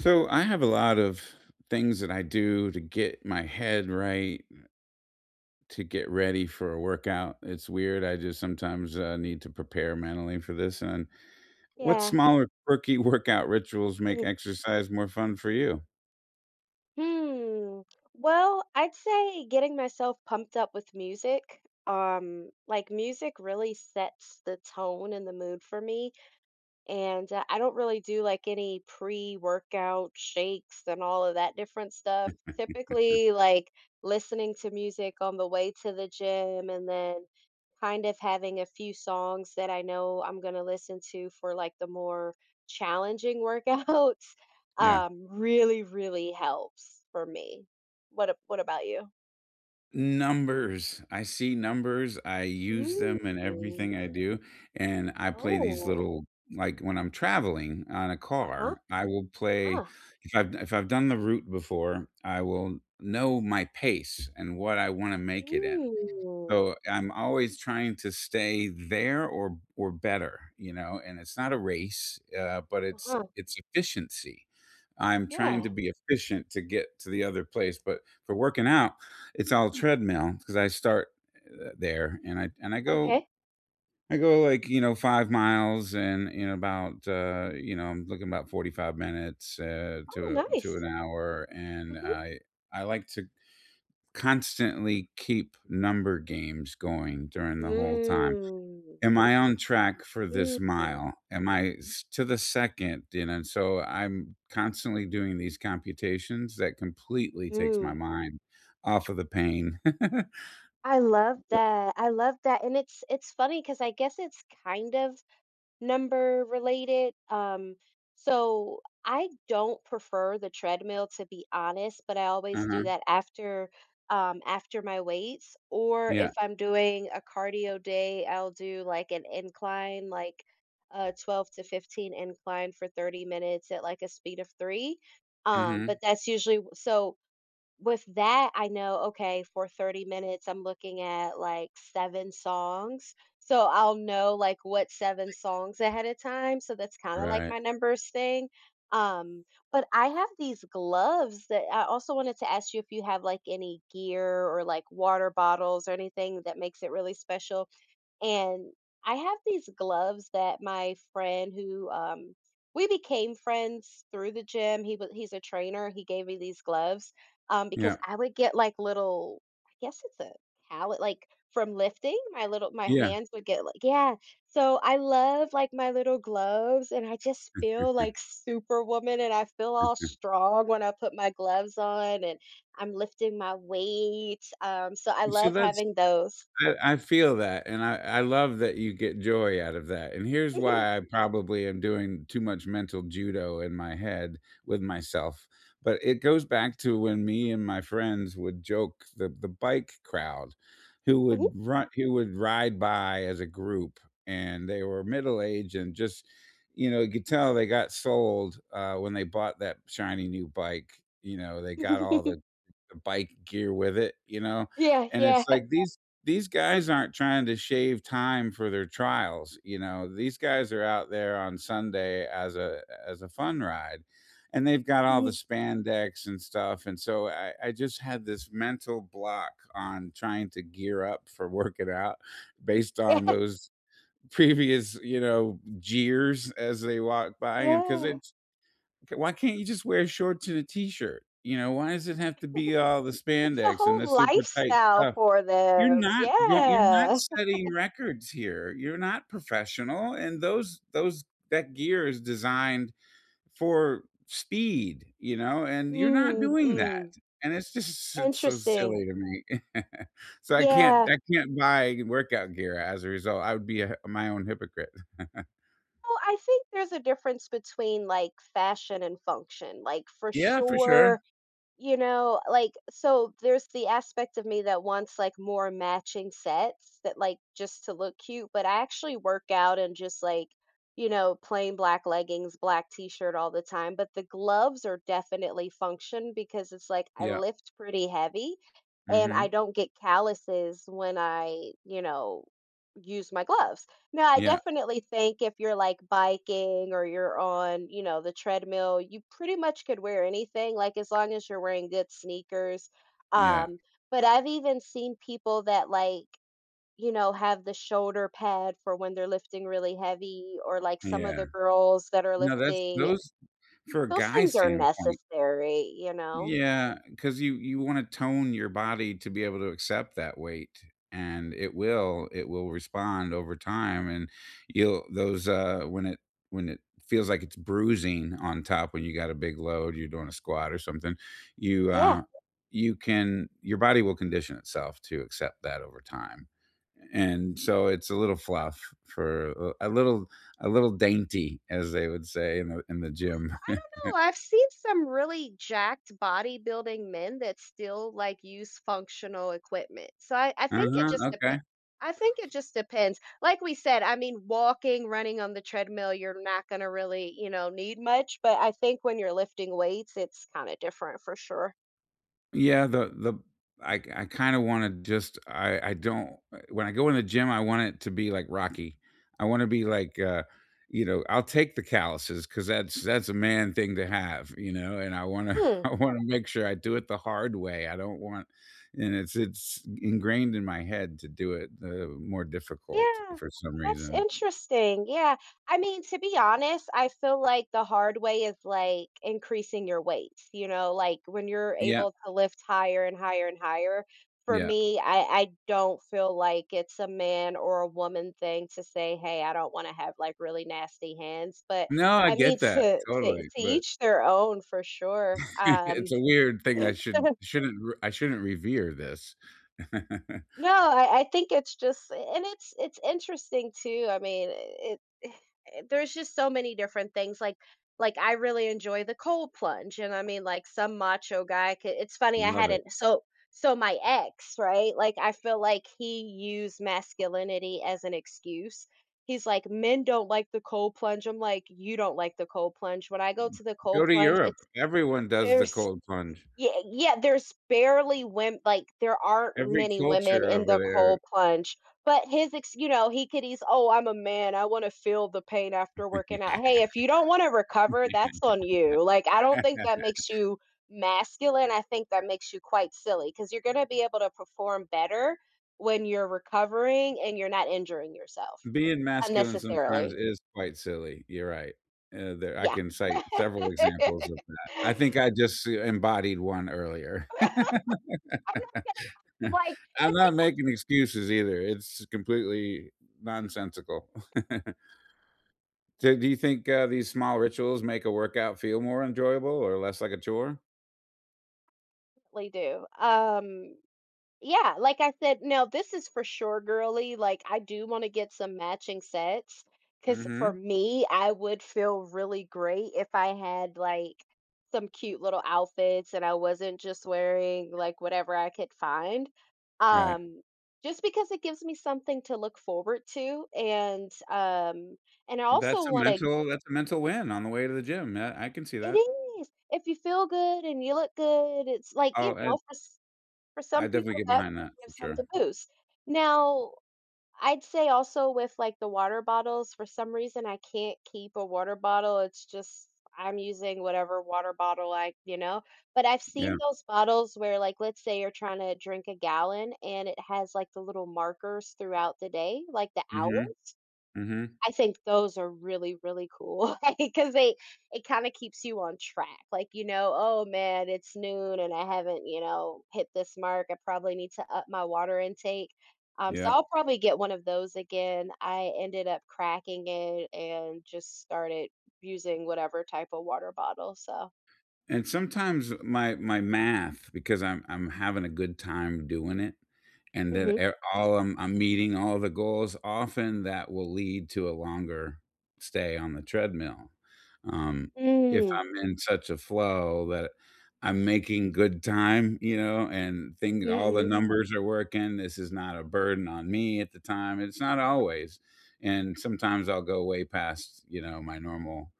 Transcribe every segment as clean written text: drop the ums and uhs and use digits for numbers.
So I have a lot of things that I do to get my head right, to get ready for a workout. It's weird. I just sometimes need to prepare mentally for this. And what Yeah. smaller, quirky workout rituals make Mhm. exercise more fun for you? Hmm. Well, I'd say getting myself pumped up with music. Like music really sets the tone and the mood for me. And, I don't really do, like, any pre-workout shakes and all of that different stuff. Typically, like, listening to music on the way to the gym and then kind of having a few songs that I know I'm gonna listen to for, like, the more challenging workouts, Yeah. Really, really helps for me. What about you? Numbers. I see numbers, I use Mm. them in everything I do, and I play these Oh. little like, when I'm traveling on a Uh-huh, car, I will play uh-huh. if I've done the route before, I will know my pace and what I wanna make it in. Mm. So, I'm always trying to stay there or better, you know, and it's not a race, but it's Uh-huh. it's efficiency. I'm trying Yeah. to be efficient to get to the other place, but for working out, it's all treadmill because I start, there and I go Okay. I go, like, you know, 5 miles and in about, you know, I'm looking about 45 minutes, uh, Oh, to to nice. an hour, and Mhm. I like to constantly keep number games going during the whole time. Mm. Am I on track for Mm. this mile? To the second? You know, so I'm constantly doing these computations that completely takes my Mhm. mind off of the pain. I love that. I love that. And it's funny because I guess it's kind of number related. So I don't prefer the treadmill to be honest, but I always do Uh-huh. that after after my weights, or Yeah. if I'm doing a cardio day, I'll do like an incline, like a 12 to 15 incline for 30 minutes at like a speed of three. Mhm. But that's usually so with that, I know, okay, for 30 minutes, I'm looking at like seven songs. So I'll know like what seven songs ahead of time. So that's kind of like Right. my numbers thing. Um, but I have these gloves that I also wanted to ask you if you have like any gear or like water bottles or anything that makes it really special and I have these gloves that my friend who we became friends through the gym. He's a trainer. He gave me these gloves because Yeah. I would get like little I guess it's a palette like from lifting. My Yeah. hands would get like yeah. So I love like my little gloves and I just feel like superwoman and I feel all strong when I put my gloves on and I'm lifting my weights. So I So love that's having those. I feel that, and I love that you get joy out of that, and here's why I probably am doing too much mental judo in my head with myself, but it goes back to when me and my friends would joke the bike crowd who would ride by as a group, and they were middle-aged and just you know, you could tell they got sold, when they bought that shiny new bike, you know, they got Mhm. all the the bike gear with it, you know? Yeah, And yeah. it's like these guys aren't trying to shave time for their trials, you know? These guys are out there on Sunday as a fun ride. And they've got all the spandex and stuff. And so I just had this mental block on trying to gear up for working out based Yeah, on those previous, you know, jeers as they walk by. And because yeah. it's why can't you just wear shorts and a t-shirt? You know, why does it have to be all the It's a spandex and the whole super tight lifestyle stuff? for You're them. not going, you're not Yeah. setting records here. You're not professional, and those that gear is designed for speed, you know, and you're not Mm, doing mm. that. And it's just it's so Interesting. silly to me. So I can't Yeah. I can't buy workout gear as a result. I would be a my own hypocrite. Well, I think there's a difference between, like, fashion and function. Like, for Yeah, for sure. sure. You know, like, so there's the aspect of me that wants, like, more matching sets that, like, just to look cute, but I actually work out and just, like, plain black leggings, black t-shirt all the time, but the gloves are definitely function because it's like I Yeah. lift pretty heavy and I Mhm. don't get calluses when I use my gloves. No, I Yeah, definitely think if you're like biking or you're on, the treadmill, you pretty much could wear anything, like as long as you're wearing good sneakers. yeah, Um, but I've even seen people that like, have the shoulder pad for when they're lifting really heavy, or like some of yeah. the girls that are No, that's lifting. those for a Those guy's things are standpoint, necessary, you know? yeah, because you wanna tone your body to be able to accept that weight, and it will respond over time, and you'll those, uh, when it feels like it's bruising on top when you got a big load, you're doing a squat or something, you, Yeah. uh you can your body will condition itself to accept that over time, and so it's a little fluff for a little a little dainty, as they would say in the gym. I don't know. I've seen some really jacked bodybuilding men that still like use functional equipment. So I think it Uh-huh, just okay. depends. I think it just depends. Like we said, I mean, walking, running on the treadmill, you're not going to really, need much. But I think when you're lifting weights, it's kind of different for sure. Yeah, the I kinda wanna just I don't when I go in the gym, I want it to be like Rocky. I wanna be like, you know, I'll take the calluses because that's that's a man thing to have, you know, and I wanna Hmm. I wanna make sure I do it the hard way. I don't want and it's ingrained in my head to do it, the more difficult Yeah, for some that's reason. interesting. Yeah. I mean, to be honest, I feel like the hard way is like increasing your weights, like when you're Yeah, able to lift higher and higher and higher. For yeah. me, I don't feel like it's a man or a woman thing to say, hey, I don't want to have like really nasty hands. But No, I I mean, get that, to to totally, to but each their own for sure. It's a weird thing I shouldn't revere this. no, I think it's just and it's interesting too. I mean, it- there's just so many different things like I really enjoy the cold plunge and I mean like some macho guy could it's funny I Love it. hadn't so my ex, right? Like I feel like he used masculinity as an excuse. He's like men don't like the cold plunge. I'm like you don't like the cold plunge. When I go to the cold Go to plunge, Europe. Everyone does the there's cold plunge. yeah, yeah, there's barely women. Like, there aren't Every many women culture in the over cold plunge, but his ex he could eas "Oh, I'm a man, I wanna feel the pain after there. working out." Hey, if you don't wanna recover, that's on you, like, I don't think that makes you masculine, I think that makes you quite silly because you 'cause you're gonna be able to perform better when you're recovering and you're not injuring yourself Being masculine sometimes unnecessarily. is quite silly. You're right. There I Yeah. can cite several examples of that. I think I just embodied one earlier. I'm not gonna like, I'm not making excuses either. It's completely nonsensical. So, do you think, these small rituals make a workout feel more enjoyable or less like a chore? definitely do. Yeah, like I said, now this is for sure, girly. Like I do want to get some matching sets because for Mhm. me, I would feel really great if I had like some cute little outfits and I wasn't just wearing like whatever I could find. Right. Um, just because it gives me something to look forward to and I That's also a want to mental, that's a mental win on the way to the gym. Yeah, I can see it that. is if you feel good and you look good, it's like, Oh, and for I some definitely people, get that behind that for gives them sure. the boost. Now, I'd say also with like the water bottles, for some reason I can't keep a water bottle. It's just I'm using whatever water bottle I. But I've seen Yeah. those bottles where like let's say you're trying to drink a gallon and it has like the little markers throughout the day, like the Mhm, hours. mhm, I think those are really, really cool, because they it kinda keeps you on track, like, "Oh, man, it's noon and I haven't, hit this mark. I probably need to up my water intake." So yeah. I'll probably get one of those again. I ended up cracking it and just started using whatever type of water bottle, so And sometimes my my math, because I'm having a good time doing it, and that mm. e all I'm meeting all the goals, often that will lead to a longer stay on the treadmill. Um, if Mhm. Mm. I'm in such a flow that I'm making good time, you know, and things Mhm, all the mhm, numbers are working, this is not a burden on me at the time, it's not always, and sometimes I'll go way past, you know, my normal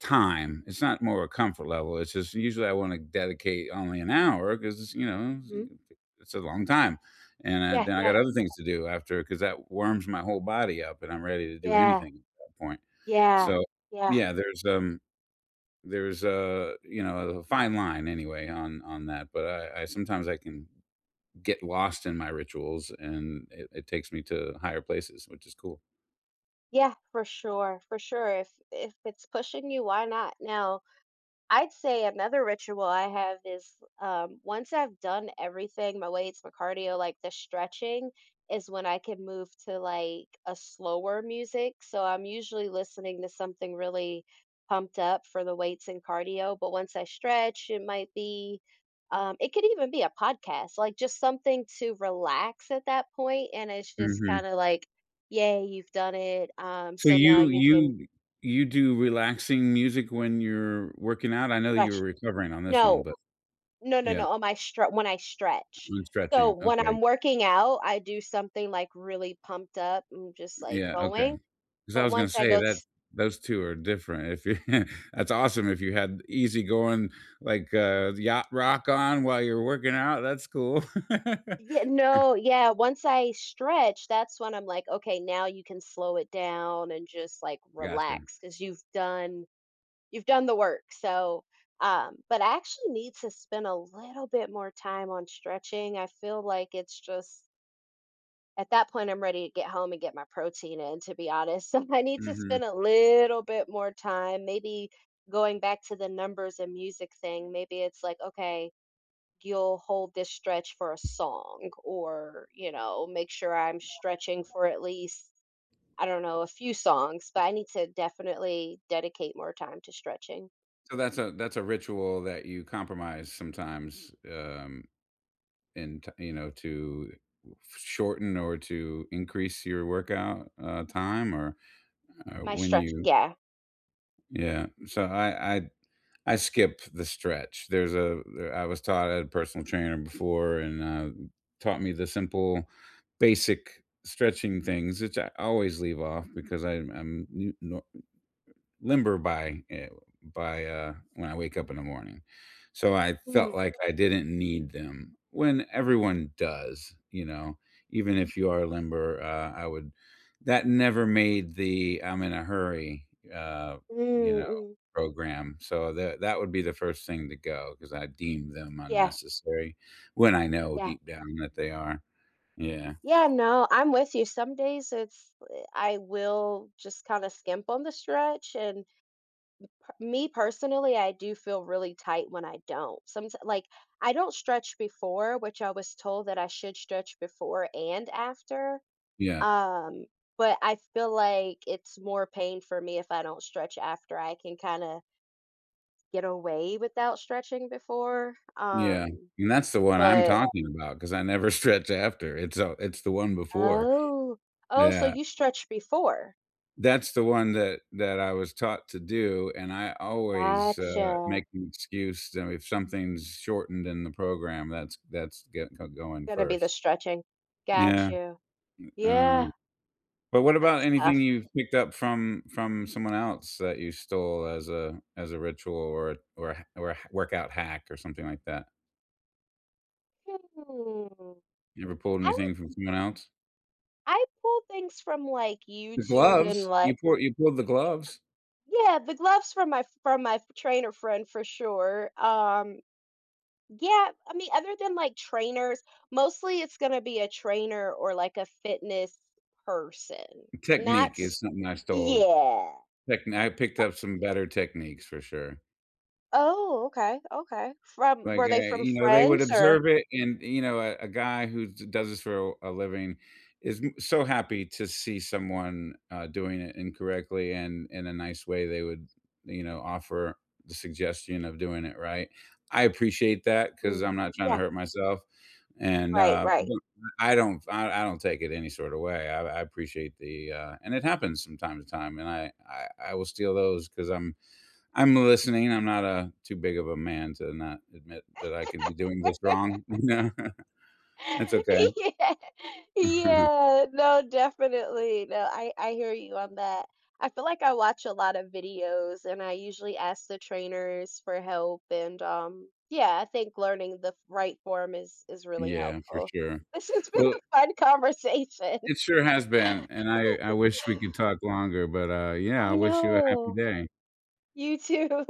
time. It's not more a comfort level. It's just usually I want to dedicate only an hour because you know mhm. it's a long time, and Yeah, then I yeah, got other things to do after because that warms my whole body up, and I'm ready to do yeah, anything at that point. yeah, So yeah, yeah, there's a you know a fine line anyway on that, but I sometimes I can get lost in my rituals, and it takes me to higher places, which is cool. yeah, for sure, for sure. If it's pushing you, why not? Now I'd say another ritual I have is once I've done everything, my weights, my cardio, like the stretching, is when I can move to like a slower music. So I'm usually listening to something really pumped up for the weights and cardio. But once I stretch, it might be, it could even be a podcast, like just something to relax at that point. And it's just kind Mhm. of like, yay, you've done it. So So now you you can you you do relaxing music when you're working out? I know that you stretch. were recovering on this one, No, but No, no, yeah, no, on my stre when I stretch. and So, stretching. when Okay. I'm working out, I do something, like, really pumped up and just, like, Yeah, okay. going, Because I but was gonna once I say go t that those two are different. If you that's awesome if you had easy going, like, yacht rock on while you're working out, that's cool. yeah, no, yeah, once I stretch, that's when I'm like, "Okay, now you can slow it down and just, like, Gotcha. relax because 'cause you've done the work." So, but I actually need to spend a little bit more time on stretching. I feel like it's just at that point, I'm ready to get home and get my protein in, to be honest. So I need to Mhm. spend a little bit more time, maybe going back to the numbers and music thing. Maybe it's like, okay, you'll hold this stretch for a song, or, make sure I'm stretching for at least, I don't know, a few songs, but I need to definitely dedicate more time to stretching. So that's a, that's a ritual that you compromise sometimes, and you know to shorten or to increase your workout time or My when stretch, you yeah. yeah so I skip the stretch I was taught I had a personal trainer before and taught me the simple basic stretching things which I always leave off because I'm new, limber by when I wake up in the morning. So I felt Mm, like I didn't need them when everyone does, you know? Even if you are limber, I would that never made the "I'm in a hurry," uh, you mm, know, mm. program. So that would be the first thing to go because I deem them Yeah, unnecessary when I know yeah. deep down that they are. Yeah. Yeah, no, I'm with you. Some days it's I will just kind of skimp on the stretch and me personally, I do feel really tight when I don't. Some like I don't stretch before, which I was told that I should stretch before and after. Yeah. Um, but I feel like it's more pain for me if I don't stretch after. I can kind of get away without stretching before. Yeah. And that's the one I'm But talking about because I never stretch after. It's the one before. oh, oh, so Yeah, you stretch before. that's the one that I was taught to do, and I always, Gotcha. make an excuse, you know, if something's shortened in the program, that's get go going Gonna be the first. stretching. Got Yeah, you. uh, Yeah, but what about that's anything tough. you've picked up from someone else that you stole as a ritual or a or a or a workout hack or something like that? Hmm, You ever pulled I would anything from someone else? I pull things from, like, The YouTube and, gloves? like You pulled the y th gloves? yeah, the gloves from my trainer friend for sure. Yeah, I mean, other than, like, trainers, mostly it's gonna be a trainer or, like, a fitness person. Not Technique s is something I stole. Yeah. Techni I picked up some better techniques for sure. Oh, okay, okay. From Like, were they from you know, they would friends or observe it, and, you know, a guy who d does this for a living is m so happy to see someone, doing it incorrectly, and in a nice way, they would, you know, offer the suggestion of doing it right. I appreciate that because 'cause Mhm. I'm not trying to Yeah, hurt myself, and, right, I right. don't I don't I I don't take it any sort of way. I appreciate the, and it happens from time to time, and I will steal those because 'cause I'm listening. I'm not a too big of a man to not admit that I could be doing this wrong. No, that's okay. yeah, yeah, no, definitely. No, I hear you on that. I feel like I watch a lot of videos and I usually ask the trainers for help and yeah, I think learning the right form is really Yeah, for helpful. sure. This has been Well, a fun conversation. it sure has been, and I wish we could talk longer, but, yeah, I I wish you a happy know. day. You too.